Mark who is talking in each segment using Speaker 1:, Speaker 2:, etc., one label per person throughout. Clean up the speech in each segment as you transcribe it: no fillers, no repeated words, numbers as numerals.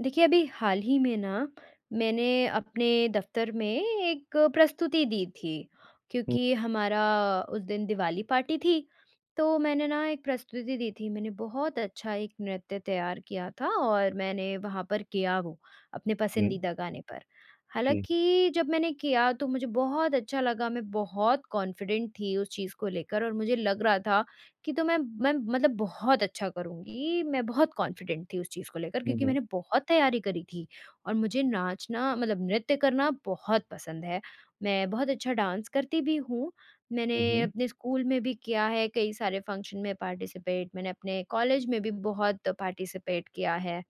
Speaker 1: देखिए, अभी हाल ही में ना मैंने अपने दफ़्तर में एक प्रस्तुति दी थी,
Speaker 2: हुँ,
Speaker 1: क्योंकि हमारा उस दिन दिवाली पार्टी थी, तो मैंने ना एक प्रस्तुति दी थी। मैंने बहुत अच्छा एक नृत्य तैयार किया था और मैंने वहाँ पर किया वो, अपने
Speaker 2: हुँ,
Speaker 1: पसंदीदा गाने पर।
Speaker 2: जी।
Speaker 1: हालाँकि जब मैंने किया तो मुझे बहुत अच्छा लगा, मैं बहुत कॉन्फिडेंट थी उस चीज़ को लेकर और मुझे लग रहा था कि तो मैं मतलब बहुत अच्छा करूँगी, मैं बहुत कॉन्फिडेंट थी उस चीज़ को लेकर
Speaker 2: हुँ,
Speaker 1: क्योंकि
Speaker 2: हुँ।
Speaker 1: मैंने बहुत तैयारी करी थी और मुझे नाचना मतलब नृत्य करना बहुत पसंद है। मैं बहुत अच्छा डांस करती भी हूँ,
Speaker 2: हुँ,
Speaker 1: मैंने
Speaker 2: हुँ।
Speaker 1: अपने स्कूल में भी किया है, कई सारे फंक्शन में पार्टिसिपेट, मैंने अपने कॉलेज में भी बहुत पार्टिसिपेट किया है।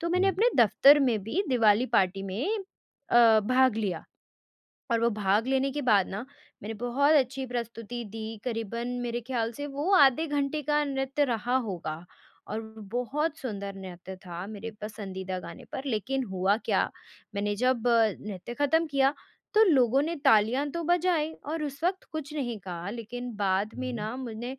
Speaker 1: तो मैंने
Speaker 2: हुँ,
Speaker 1: अपने दफ़्तर में भी दिवाली पार्टी में भाग लिया। और वो भाग लेने के बाद ना मैंने बहुत अच्छी प्रस्तुति दी, करीबन मेरे ख़्याल से वो आधे घंटे का नृत्य रहा होगा और बहुत सुंदर नृत्य था मेरे पसंदीदा गाने पर। लेकिन हुआ क्या, मैंने जब नृत्य ख़त्म किया तो लोगों ने तालियाँ तो बजाई और उस वक़्त कुछ नहीं कहा, लेकिन बाद में
Speaker 2: हुँ,
Speaker 1: ना मुझे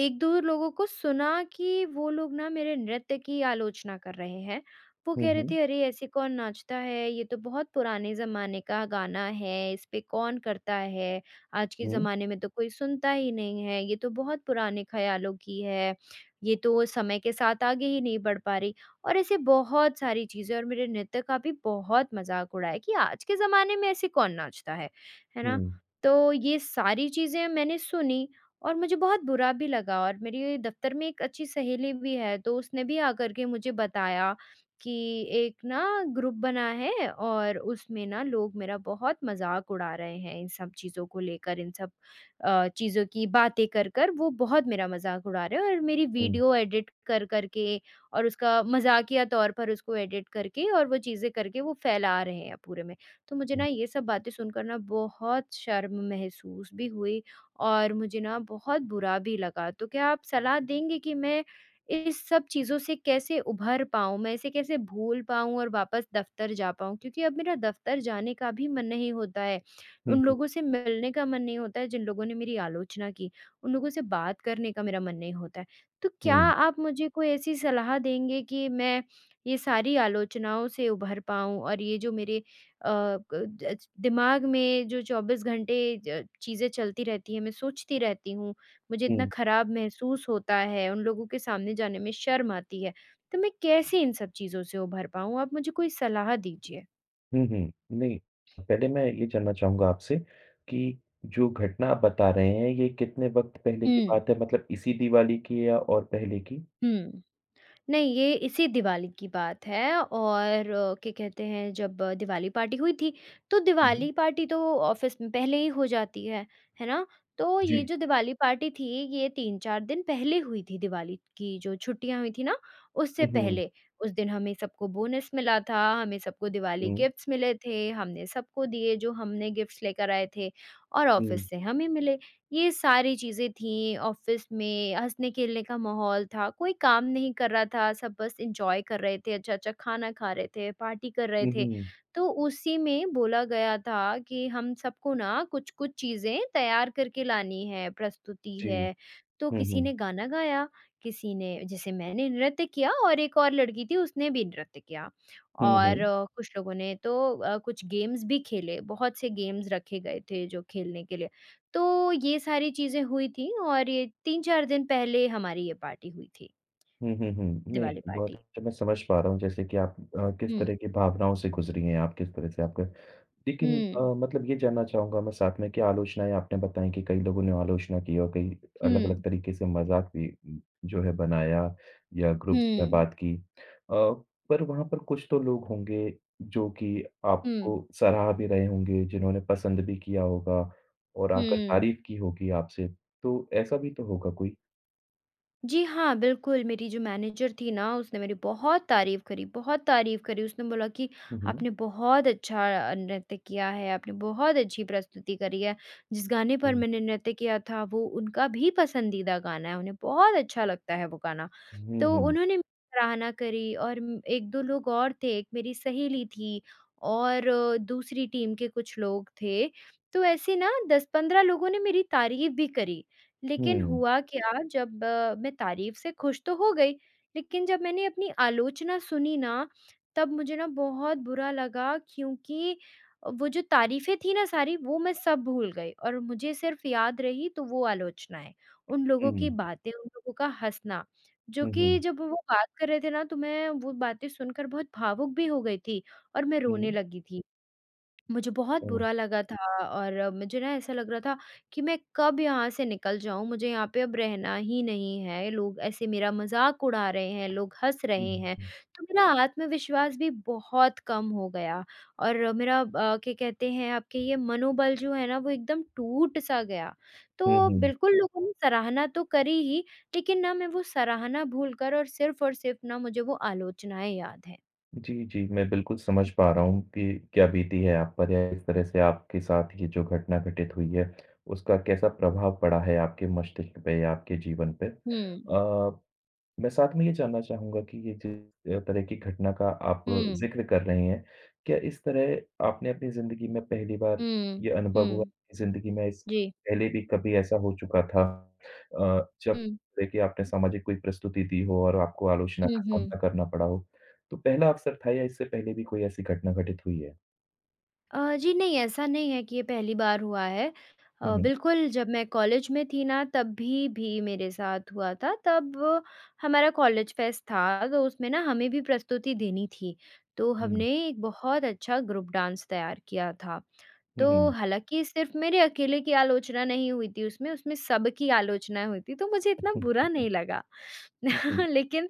Speaker 1: 1-2 लोगों को सुना कि वो लोग ना मेरे नृत्य की आलोचना कर रहे हैं। वो
Speaker 2: हुँ,
Speaker 1: कह रहे
Speaker 2: हुँ,
Speaker 1: थे, "अरे! ऐसे कौन नाचता है? ये तो बहुत पुराने ज़माने का गाना है, इस पे कौन करता है? आज के
Speaker 2: हुँ,
Speaker 1: ज़माने में तो कोई सुनता ही नहीं है, ये तो बहुत पुराने ख़्यालों की है, ये तो समय के साथ आगे ही नहीं बढ़ पा रही।" और ऐसे बहुत सारी चीज़ें और मेरे नृत्य का भी बहुत मज़ाक उड़ाया कि आज के ज़माने में ऐसे कौन नाचता है
Speaker 2: हुँ,
Speaker 1: ना?
Speaker 2: हुँ,
Speaker 1: तो ये सारी चीज़ें मैंने सुनी और मुझे बहुत बुरा भी लगा और मेरी दफ़्तर में एक अच्छी सहेली भी है, तो उसने भी आकर के मुझे बताया कि एक ना ग्रुप बना है और उसमें ना लोग मेरा बहुत मज़ाक उड़ा रहे हैं इन सब चीज़ों को लेकर, इन सब चीज़ों की बातें कर कर वो बहुत मेरा मज़ाक उड़ा रहे हैं और मेरी
Speaker 2: हुँ,
Speaker 1: वीडियो एडिट कर कर के और उसका मज़ाकिया तौर पर उसको एडिट करके और वो चीज़ें करके वो फैला रहे हैं पूरे में। तो मुझे
Speaker 2: हुँ,
Speaker 1: ना ये सब बातें सुनकर ना बहुत शर्म महसूस भी हुई और मुझे ना बहुत बुरा भी लगा। तो क्या आप सलाह देंगे कि मैं इस सब चीज़ों से कैसे उभर पाऊँ? मैं इसे कैसे भूल पाऊँ और वापस दफ़्तर जा पाऊँ? क्योंकि अब मेरा दफ़्तर जाने का भी मन नहीं होता है।
Speaker 2: हुँ,
Speaker 1: उन
Speaker 2: हुँ,
Speaker 1: लोगों से मिलने का मन नहीं होता है जिन लोगों ने मेरी आलोचना की, उन लोगों से बात करने का मेरा मन नहीं होता है। तो क्या आप मुझे कोई ऐसी सलाह देंगे कि मैं ये सारी आलोचनाओं से उभर पाऊँ और ये जो मेरे अ, क ज दिमाग में जो 24 घंटे ज चीज़ें चलती रहती हैं, मैं सोचती रहती हूँ, मुझे इतना
Speaker 2: हुँ,
Speaker 1: खराब महसूस होता है, उन लोगों के सामने जाने में शर्म आती है। तो मैं कैसे इन सब चीज़ों से उभर पाऊँ? आप मुझे कोई सलाह दीजिए।
Speaker 2: हुँ, हुँ। नहीं, पहले मैं ये जानना चाहूँगा आपसे कि जो घटना आप बता रहे हैं, ये कितने वक़्त पहले की
Speaker 1: हुँ,
Speaker 2: बात है? मतलब इसी दिवाली की है या और पहले की?
Speaker 1: हुँ। नहीं, ये इसी दिवाली की बात है और क्या कहते हैं जब दिवाली पार्टी हुई थी, तो
Speaker 2: हुँ, हुँ।
Speaker 1: दिवाली पार्टी तो ऑफ़िस में पहले ही हो जाती है ना? तो ये
Speaker 2: जी।
Speaker 1: जो दिवाली पार्टी थी, ये 3-4 दिन पहले हुई थी दिवाली की जो छुट्टियाँ हुई थी ना, उससे
Speaker 2: हुँ, हुँ,
Speaker 1: पहले। उस दिन हमें सबको बोनस मिला था, हमें सबको दिवाली
Speaker 2: हुँ,
Speaker 1: गिफ्ट्स मिले थे, हमने सबको दिए जो हमने गिफ्ट्स लेकर आए थे और
Speaker 2: हुँ,
Speaker 1: ऑफ़िस से हमें मिले। ये सारी चीज़ें थीं ऑफ़िस में, हँसने-खेलने का माहौल था, कोई काम नहीं कर रहा था, सब बस एन्जॉय कर रहे थे, अच्छा-अच्छा खाना खा रहे थे, पार्टी कर रहे
Speaker 2: हुँ,
Speaker 1: थे।
Speaker 2: हुँ।
Speaker 1: तो उसी में बोला गया था कि हम सबको ना कुछ-कुछ चीज़ें तैयार करके लानी है, प्रस्तुति
Speaker 2: जी।
Speaker 1: है। तो
Speaker 2: हुँ,
Speaker 1: किसी
Speaker 2: हुँ।
Speaker 1: ने गाना गाया, किसी ने जैसे मैंने नृत्य किया और एक और लड़की थी उसने भी नृत्य किया।
Speaker 2: हुँ, हुँ।
Speaker 1: और कुछ लोगों ने तो कुछ गेम्स भी खेले, बहुत से गेम्स रखे गए थे जो खेलने के लिए। तो ये सारी चीज़ें हुई थी और ये 3-4 दिन पहले हमारी ये पार्टी हुई थी,
Speaker 2: हुँ, हुँ, हुँ। नहीं,
Speaker 1: दिवाली
Speaker 2: बहुत
Speaker 1: पार्टी।
Speaker 2: अच्छा मैं समझ पा रहा हूँ जैसे कि आप किस
Speaker 1: हुँ,
Speaker 2: तरह की भावनाओं से गुज़री हैं आप, किस तरह से आपका लेकिन
Speaker 1: हुँ,
Speaker 2: मतलब ये जानना चाहूँगा मैं साथ में कि आलोचनाएँ आपने बताई कि कई लोगों ने आलोचना की और कई अलग-अलग
Speaker 1: हुँ,
Speaker 2: तरीके से मज़ाक भी जो है बनाया या ग्रुप्स में
Speaker 1: हुँ,
Speaker 2: बात की। पर वहाँ पर कुछ तो लोग होंगे जो कि आपको
Speaker 1: हुँ,
Speaker 2: सराह भी रहे होंगे, जिन्होंने पसंद भी किया होगा और आकर
Speaker 1: हुँ।
Speaker 2: तारीफ़ की होगी आपसे, तो ऐसा भी तो होगा कोई?
Speaker 1: जी हाँ, बिल्कुल, मेरी जो मैनेजर थी ना उसने मेरी बहुत तारीफ़ करी, बहुत तारीफ़ करी। उसने बोला कि
Speaker 2: हुँ, हुँ।
Speaker 1: आपने बहुत अच्छा नृत्य किया है, आपने बहुत अच्छी प्रस्तुति करी है। जिस गाने पर
Speaker 2: हुँ।
Speaker 1: मैंने नृत्य किया था वो उनका भी पसंदीदा गाना है, उन्हें बहुत अच्छा लगता है वो गाना।
Speaker 2: हुँ,
Speaker 1: तो
Speaker 2: हुँ।
Speaker 1: उन्होंने मेरी सराहना करी और 1-2 लोग और थे, एक मेरी सहेली थी और दूसरी टीम के कुछ लोग थे। तो ऐसे ना 10-15 लोगों ने मेरी तारीफ़ भी करी। लेकिन
Speaker 2: हुँ।
Speaker 1: हुआ क्या जब मैं तारीफ से खुश तो हो गई, लेकिन जब मैंने अपनी आलोचना सुनी ना, तब मुझे ना बहुत बुरा लगा क्योंकि वो जो तारीफ़ें थी ना सारी, वो मैं सब भूल गई और मुझे सिर्फ़ याद रही तो वो आलोचनाएँ, उन लोगों
Speaker 2: हुँ।
Speaker 1: की बातें, उन लोगों का हँसना। जो
Speaker 2: हुँ,
Speaker 1: कि
Speaker 2: हुँ।
Speaker 1: जब वो बात कर रहे थे ना, तो मैं वो बातें सुनकर बहुत भावुक भी हो गई थी और मैं रोने
Speaker 2: हुँ,
Speaker 1: लगी थी। मुझे बहुत
Speaker 2: ओह!
Speaker 1: बुरा लगा था और मुझे ना ऐसा लग रहा था कि मैं कब यहाँ से निकल जाऊँ, मुझे यहाँ पे अब रहना ही नहीं है। लोग ऐसे मेरा मज़ाक उड़ा रहे हैं, लोग हँस
Speaker 2: हुँ,
Speaker 1: रहे हैं,
Speaker 2: हुँ।
Speaker 1: तो मेरा आत्मविश्वास भी बहुत कम हो गया और मेरा क्या कहते हैं आपके ये मनोबल जो है ना वो एकदम टूट-सा गया।
Speaker 2: हुँ,
Speaker 1: तो
Speaker 2: हुँ।
Speaker 1: बिल्कुल लोगों ने सराहना तो करी ही, लेकिन ना मैं वो सराहना भूल कर और सिर्फ़ ना मुझे वो आलोचनाएँ याद हैं।
Speaker 2: जी, जी, मैं बिल्कुल समझ पा रहा हूँ कि क्या बीती है आप पर या किस तरह से आपके साथ ये जो घटना घटित हुई है, उसका कैसा प्रभाव पड़ा है आपके मस्तिष्क पे या आपके जीवन पे।
Speaker 1: हुँ।
Speaker 2: मैं साथ में ये जानना चाहूँगा कि ये जिस तरह की घटना का आप
Speaker 1: हुँ,
Speaker 2: ज़िक्र कर रहे हैं, क्या इस तरह आपने अपनी ज़िंदगी में पहली बार
Speaker 1: हुँ,
Speaker 2: ये अनुभव हुआ
Speaker 1: हुँ।
Speaker 2: कि ज़िंदगी में इस
Speaker 1: जी।
Speaker 2: पहले भी कभी ऐसा हो चुका था जब
Speaker 1: हुँ।
Speaker 2: देखिए आपने सामाजिक कोई प्रस्तुति दी हो और आपको आलोचना
Speaker 1: हुँ,
Speaker 2: का
Speaker 1: हुँ।
Speaker 2: सामना करना पड़ा हो? तो पहला अवसर था या इससे पहले भी कोई ऐसी घटना घटित हुई है?
Speaker 1: जी नहीं, ऐसा नहीं है कि ये पहली बार हुआ है।
Speaker 2: हुँ, हुँ।
Speaker 1: बिल्कुल जब मैं कॉलेज में थी ना तभी भी मेरे साथ हुआ था। तब हमारा कॉलेज फेस्ट था तो उसमें ना हमें भी प्रस्तुति देनी थी। तो
Speaker 2: हुँ,
Speaker 1: हमने एक बहुत अच्छा ग्रुप डांस तैयार किया था।
Speaker 2: हुँ,
Speaker 1: तो
Speaker 2: हुँ।
Speaker 1: हालाँकि सिर्फ़ मेरे अकेले की आलोचना नहीं हुई थी उसमें, उसमें सबकी आलोचना हुई थी तो मुझे इतना बुरा नहीं लगा।
Speaker 2: जी।
Speaker 1: लेकिन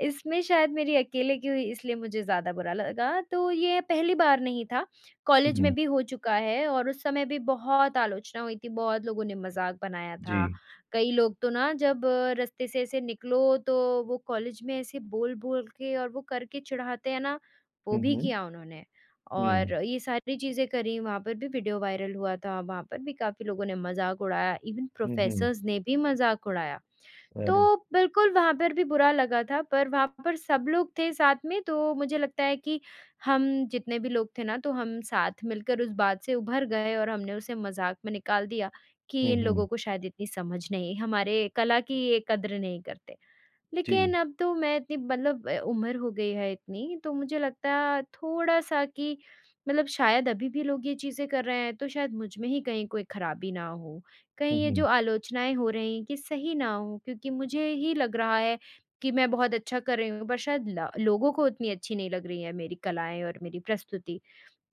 Speaker 1: इसमें शायद मेरी अकेले की हुई इसलिए मुझे ज़्यादा बुरा लगा, तो ये पहली बार नहीं था,
Speaker 2: हुँ,
Speaker 1: कॉलेज
Speaker 2: हुँ।
Speaker 1: में भी हो चुका है और उस समय भी बहुत आलोचना हुई थी, बहुत लोगों ने मज़ाक बनाया
Speaker 2: जी।
Speaker 1: था। कई लोग तो ना जब रास्ते से ऐसे निकलो तो वो कॉलेज में ऐसे बोल-बोल के और वो करके चिढ़ाते हैं ना, वो
Speaker 2: हुँ,
Speaker 1: भी
Speaker 2: हुँ।
Speaker 1: किया उन्होंने।
Speaker 2: हुँ।
Speaker 1: और ये सारी चीज़ें करी, वहाँ पर भी वीडियो वायरल हुआ था, वहाँ पर भी काफ़ी लोगों ने मज़ाक उड़ाया, इवन
Speaker 2: हुँ, हुँ।
Speaker 1: प्रोफ़ेसर्स ने भी मज़ाक उड़ाया।
Speaker 2: अरे!
Speaker 1: तो बिल्कुल वहाँ पर भी बुरा लगा था, पर वहाँ पर सब लोग थे साथ में तो मुझे लगता है कि हम जितने भी लोग थे ना तो हम साथ मिलकर उस बात से उभर गए और हमने उसे मज़ाक में निकाल दिया कि
Speaker 2: हुँ,
Speaker 1: इन
Speaker 2: हुँ।
Speaker 1: लोगों को शायद इतनी समझ नहीं, हमारे कला की ये कद्र नहीं करते।
Speaker 2: जी।
Speaker 1: लेकिन अब तो मैं इतनी मतलब उम्र हो गई है इतनी, तो मुझे लगता है थोड़ा-सा कि मतलब शायद अभी भी लोग ये चीज़ें कर रहे हैं, तो शायद मुझ में ही कहीं कोई खराबी ना हो।
Speaker 2: हुँ,
Speaker 1: कहीं ये
Speaker 2: हुँ।
Speaker 1: जो आलोचनाएँ हो रही हैं कि सही ना हो, क्योंकि मुझे ही लग रहा है कि मैं बहुत अच्छा कर रही हूँ, पर शायद ल लोगों को उतनी अच्छी नहीं लग रही है मेरी कलाएँ और मेरी प्रस्तुति।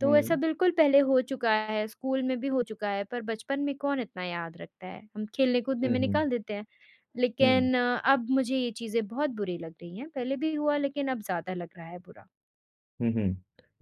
Speaker 1: तो ऐसा
Speaker 2: हुँ।
Speaker 1: बिल्कुल पहले हो चुका है, स्कूल में भी हो चुका है, पर बचपन में कौन इतना याद रखता है, हम खेलने-कूदने
Speaker 2: हुँ,
Speaker 1: में
Speaker 2: हुँ।
Speaker 1: निकाल देते हैं।
Speaker 2: हुँ,
Speaker 1: लेकिन अब मुझे ये चीज़ें बहुत बुरी लग रही हैं, पहले भी हुआ लेकिन अब ज़्यादा लग रहा है बुरा।
Speaker 2: हुँ, हुँ।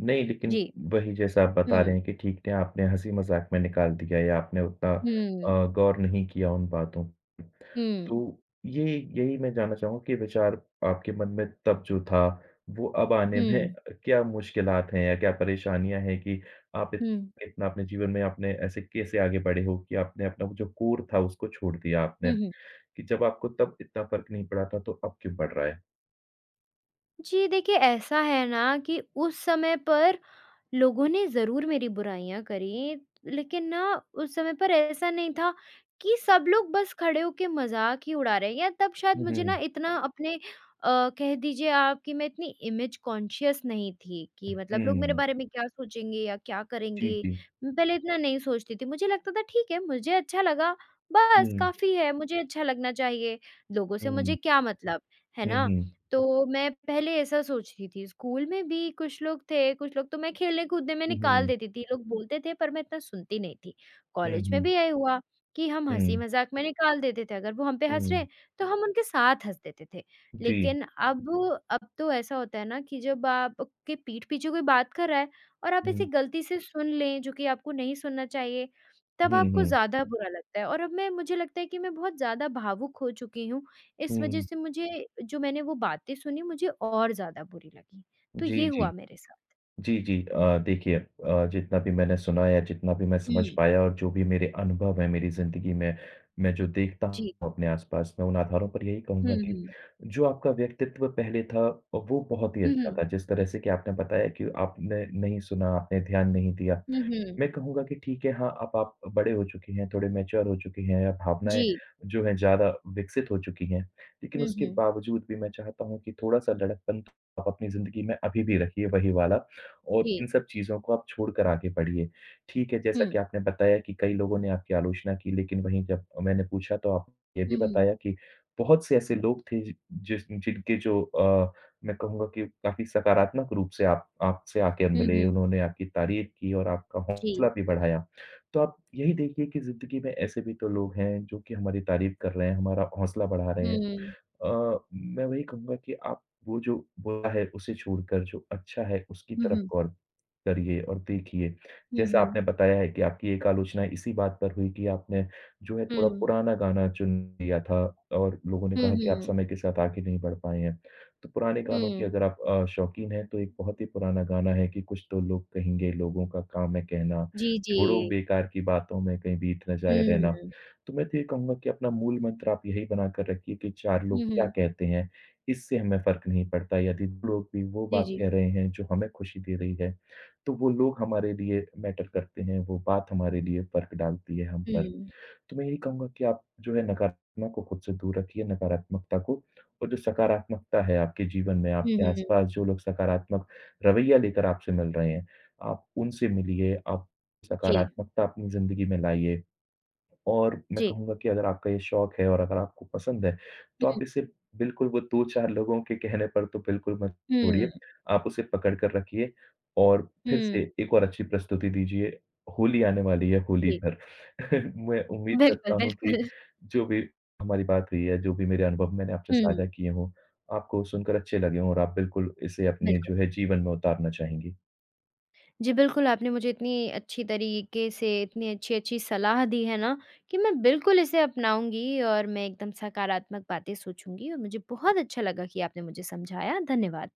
Speaker 2: नहीं लेकिन
Speaker 1: जी।
Speaker 2: वही जैसा आप बता रहे
Speaker 1: हुँ,
Speaker 2: हैं कि ठीक है आपने हँसी-मज़ाक में निकाल दिया या आपने उतना
Speaker 1: हुँ,
Speaker 2: गौर नहीं किया उन बातों पे।
Speaker 1: हुँ,
Speaker 2: तो ये यही मैं जानना चाहूँगा कि विचार आपके मन में तब जो था, वो अब आने में
Speaker 1: हुँ,
Speaker 2: क्या मुश्किलात हैं या क्या परेशानियाँ हैं कि आप इत
Speaker 1: हुँ,
Speaker 2: इतना अपने जीवन में आपने ऐसे कैसे आगे बढ़े हो कि आपने अपना वो जो कोर था उसको छोड़ दिया आपने,
Speaker 1: हुँ, हुँ।
Speaker 2: कि जब आपको तब इतना फ़र्क नहीं पड़ा था तो अब क्यों पड़ रहा है?
Speaker 1: जी, देखिए ऐसा है ना कि उस समय पर लोगों ने ज़रूर मेरी बुराइयाँ करी, लेकिन ना उस समय पर ऐसा नहीं था कि सब लोग बस खड़े होके मज़ाक ही उड़ा रहे हैं या तब शायद
Speaker 2: हुँ,
Speaker 1: मुझे ना
Speaker 2: हुँ।
Speaker 1: इतना अपने कह दीजिए आप कि मैं इतनी इमेज कॉन्शियस नहीं थी कि मतलब लोग मेरे
Speaker 2: हुँ।
Speaker 1: बारे में क्या सोचेंगे या क्या
Speaker 2: जी,
Speaker 1: करेंगे?
Speaker 2: जी।
Speaker 1: मैं पहले इतना नहीं सोचती थी। मुझे लगता था ठीक है, मुझे अच्छा लगा, बस
Speaker 2: हुँ,
Speaker 1: काफ़ी है, मुझे अच्छा लगना चाहिए, लोगों से
Speaker 2: हुँ,
Speaker 1: मुझे क्या मतलब, है
Speaker 2: हुँ,
Speaker 1: ना?
Speaker 2: हुँ,
Speaker 1: तो मैं पहले ऐसा सोचती थी, स्कूल में भी कुछ लोग थे, कुछ लोग तो मैं खेलने-कूदने में
Speaker 2: हुँ,
Speaker 1: निकाल
Speaker 2: हुँ,
Speaker 1: देती थी, लोग बोलते थे पर मैं इतना सुनती नहीं थी।
Speaker 2: हुँ,
Speaker 1: कॉलेज में
Speaker 2: हुँ,
Speaker 1: भी यही हुआ कि हम
Speaker 2: हुँ,
Speaker 1: हँसी-मज़ाक में निकाल देते थे, अगर वो हम पे हँस रहे
Speaker 2: हुँ,
Speaker 1: हैं, तो हम उनके साथ हँस देते थे।
Speaker 2: जी,
Speaker 1: लेकिन अब तो ऐसा होता है ना कि जब आपके पीठ पीछे कोई बात कर रहा है और आप इसे
Speaker 2: हुँ,
Speaker 1: गलती से सुन लें, जो कि आपको नहीं सुनना चाहिए, तब
Speaker 2: हुँ,
Speaker 1: आपको
Speaker 2: हुँ,
Speaker 1: ज़्यादा बुरा लगता है और अब मैं मुझे लगता है कि मैं बहुत ज़्यादा भावुक हो चुकी हूँ इस वजह
Speaker 2: हुँ,
Speaker 1: से मुझे जो मैंने वो बातें सुनी मुझे और ज़्यादा बुरी लगी। तो
Speaker 2: जी,
Speaker 1: ये
Speaker 2: जी,
Speaker 1: हुआ मेरे साथ।
Speaker 2: जी, जी। देखिए जितना भी मैंने सुना या जितना भी मैं समझ
Speaker 1: हुँ,
Speaker 2: पाया और जो भी मेरे अनुभव हैं मेरी ज़िंदगी में, मैं जो देखता
Speaker 1: जी।
Speaker 2: हूँ अपने आस-पास, मैं उन आधारों पर यही
Speaker 1: हुँ,
Speaker 2: कहूँगा कि
Speaker 1: हुँ।
Speaker 2: जो आपका व्यक्तित्व पहले था, वो बहुत ही
Speaker 1: हुँ,
Speaker 2: अच्छा
Speaker 1: हुँ।
Speaker 2: था। जिस तरह से कि आपने बताया कि आपने नहीं सुना, आपने ध्यान नहीं दिया।
Speaker 1: हुँ, हुँ।
Speaker 2: मैं कहूँगा कि ठीक है, हाँ, अब आप बड़े हो चुके हैं, थोड़े मैच्योर हो चुके हैं,
Speaker 1: जी।
Speaker 2: भावनाएँ जो हैं ज़्यादा विकसित हो चुकी हैं। लेकिन
Speaker 1: हुँ,
Speaker 2: उसके
Speaker 1: हुँ।
Speaker 2: बावजूद भी मैं चाहता हूँ कि थोड़ा-सा लड़कपन तो आप अपनी ज़िंदगी में अभी भी रखिए वही वाला और
Speaker 1: जी।
Speaker 2: इन सब चीज़ों को आप छोड़कर आगे बढ़िए। ठीक है, जैसा
Speaker 1: हुँ।
Speaker 2: कि आपने बताया कि कई लोगों ने आपकी आलोचना की, लेकिन वहीं जब मैंने पूछा तो आपने ये
Speaker 1: हुँ,
Speaker 2: भी
Speaker 1: हुँ।
Speaker 2: बताया कि बहुत से ऐसे लोग थे जि जिस जिनके जो अ मैं कहूँगा कि काफ़ी सकारात्मक रूप से आप आपसे आकर
Speaker 1: हुँ,
Speaker 2: मिले,
Speaker 1: हुँ।
Speaker 2: उन्होंने आपकी तारीफ़ की और आपका
Speaker 1: जी।
Speaker 2: हौसला भी बढ़ाया। तो आप यही देखिए कि ज़िंदगी में ऐसे भी तो लोग हैं जो कि हमारी तारीफ़ कर रहे हैं, हमारा हौसला बढ़ा रहे हैं।
Speaker 1: हुँ।
Speaker 2: मैं वही कहूँगा कि आप वो जो बुरा है उसे छोड़कर जो अच्छा है उसकी
Speaker 1: हुँ,
Speaker 2: तरफ
Speaker 1: हुँ।
Speaker 2: गौर करिए और देखिए।
Speaker 1: हुँ,
Speaker 2: जैसा
Speaker 1: हुँ।
Speaker 2: आपने बताया है कि आपकी एक आलोचना इसी बात पर हुई कि आपने जो है थोड़ा
Speaker 1: हुँ।
Speaker 2: पुराना गाना चुन लिया था और लोगों ने
Speaker 1: हुँ,
Speaker 2: कहा कि आप
Speaker 1: हुँ।
Speaker 2: समय के साथ आगे नहीं बढ़ पाए हैं। तो पुराने गानों की
Speaker 1: हुँ।
Speaker 2: अगर आप शौकीन हैं तो एक बहुत ही पुराना गाना है कि कुछ तो लोग कहेंगे लोगों का काम है कहना,
Speaker 1: जी, जी।
Speaker 2: छोड़ो बेकार की बातों में कहीं बीत ना जाए रहना।
Speaker 1: हुँ।
Speaker 2: तो मैं तो ये कहूँगा कि अपना मूल मंत्र आप यही बना कर रखिए कि 4
Speaker 1: हुँ,
Speaker 2: लोग क्या
Speaker 1: हुँ।
Speaker 2: कहते हैं, इससे हमें फ़र्क नहीं पड़ता। यदि 2 लोग भी वो
Speaker 1: जी,
Speaker 2: बात
Speaker 1: जी।
Speaker 2: कह रहे हैं जो हमें खुशी दे रही है, तो वो लोग हमारे लिए मैटर करते हैं, वो बात हमारे लिए फ़र्क डालती है हम पर।
Speaker 1: हुँ।
Speaker 2: तो मैं यही कहूँगा कि आप जो है नकारात्मक को खुद से दूर रखिए, नकारात्मकता को और जो सकारात्मकता है आपके जीवन में,
Speaker 1: हुँ,
Speaker 2: आपके
Speaker 1: हुँ।
Speaker 2: आस-पास जो लोग सकारात्मक रवैया लेकर आपसे मिल रहे हैं, आप उनसे मिलिए, आप
Speaker 1: जी,
Speaker 2: सकारात्मकता अपनी ज़िंदगी में लाइए। और मैं
Speaker 1: जी।
Speaker 2: कहूँगा कि अगर आपका ये शौक है और अगर आपको पसंद है, तो आप
Speaker 1: हुँ,
Speaker 2: इसे बिल्कुल वो 2-4 लोगों के कहने पर तो बिल्कुल मत छोड़िए।
Speaker 1: हुँ,
Speaker 2: आप उसे पकड़ कर रखिए और फिर
Speaker 1: हुँ।
Speaker 2: से एक और अच्छी प्रस्तुति दीजिए। होली आने वाली है, होली
Speaker 1: जी।
Speaker 2: पर मैं उम्मीद करता
Speaker 1: बिल्कुल,
Speaker 2: हूँ कि
Speaker 1: बिल्कुल।
Speaker 2: जो भी हमारी बात हुई है, जो भी मेरे अनुभव मैंने आपसे
Speaker 1: हुँ,
Speaker 2: साझा किए हों, आपको सुनकर अच्छे लगे हों और आप बिल्कुल इसे अपने
Speaker 1: बिल्कुल।
Speaker 2: जो है जीवन में उतारना चाहेंगी।
Speaker 1: जी, बिल्कुल, आपने मुझे इतनी अच्छी तरीके से इतनी अच्छी-अच्छी सलाह दी है ना, कि मैं बिल्कुल इसे अपनाऊँगी और मैं एकदम सकारात्मक बातें सोचूँगी और मुझे बहुत अच्छा लगा कि आपने मुझे समझाया। धन्यवाद।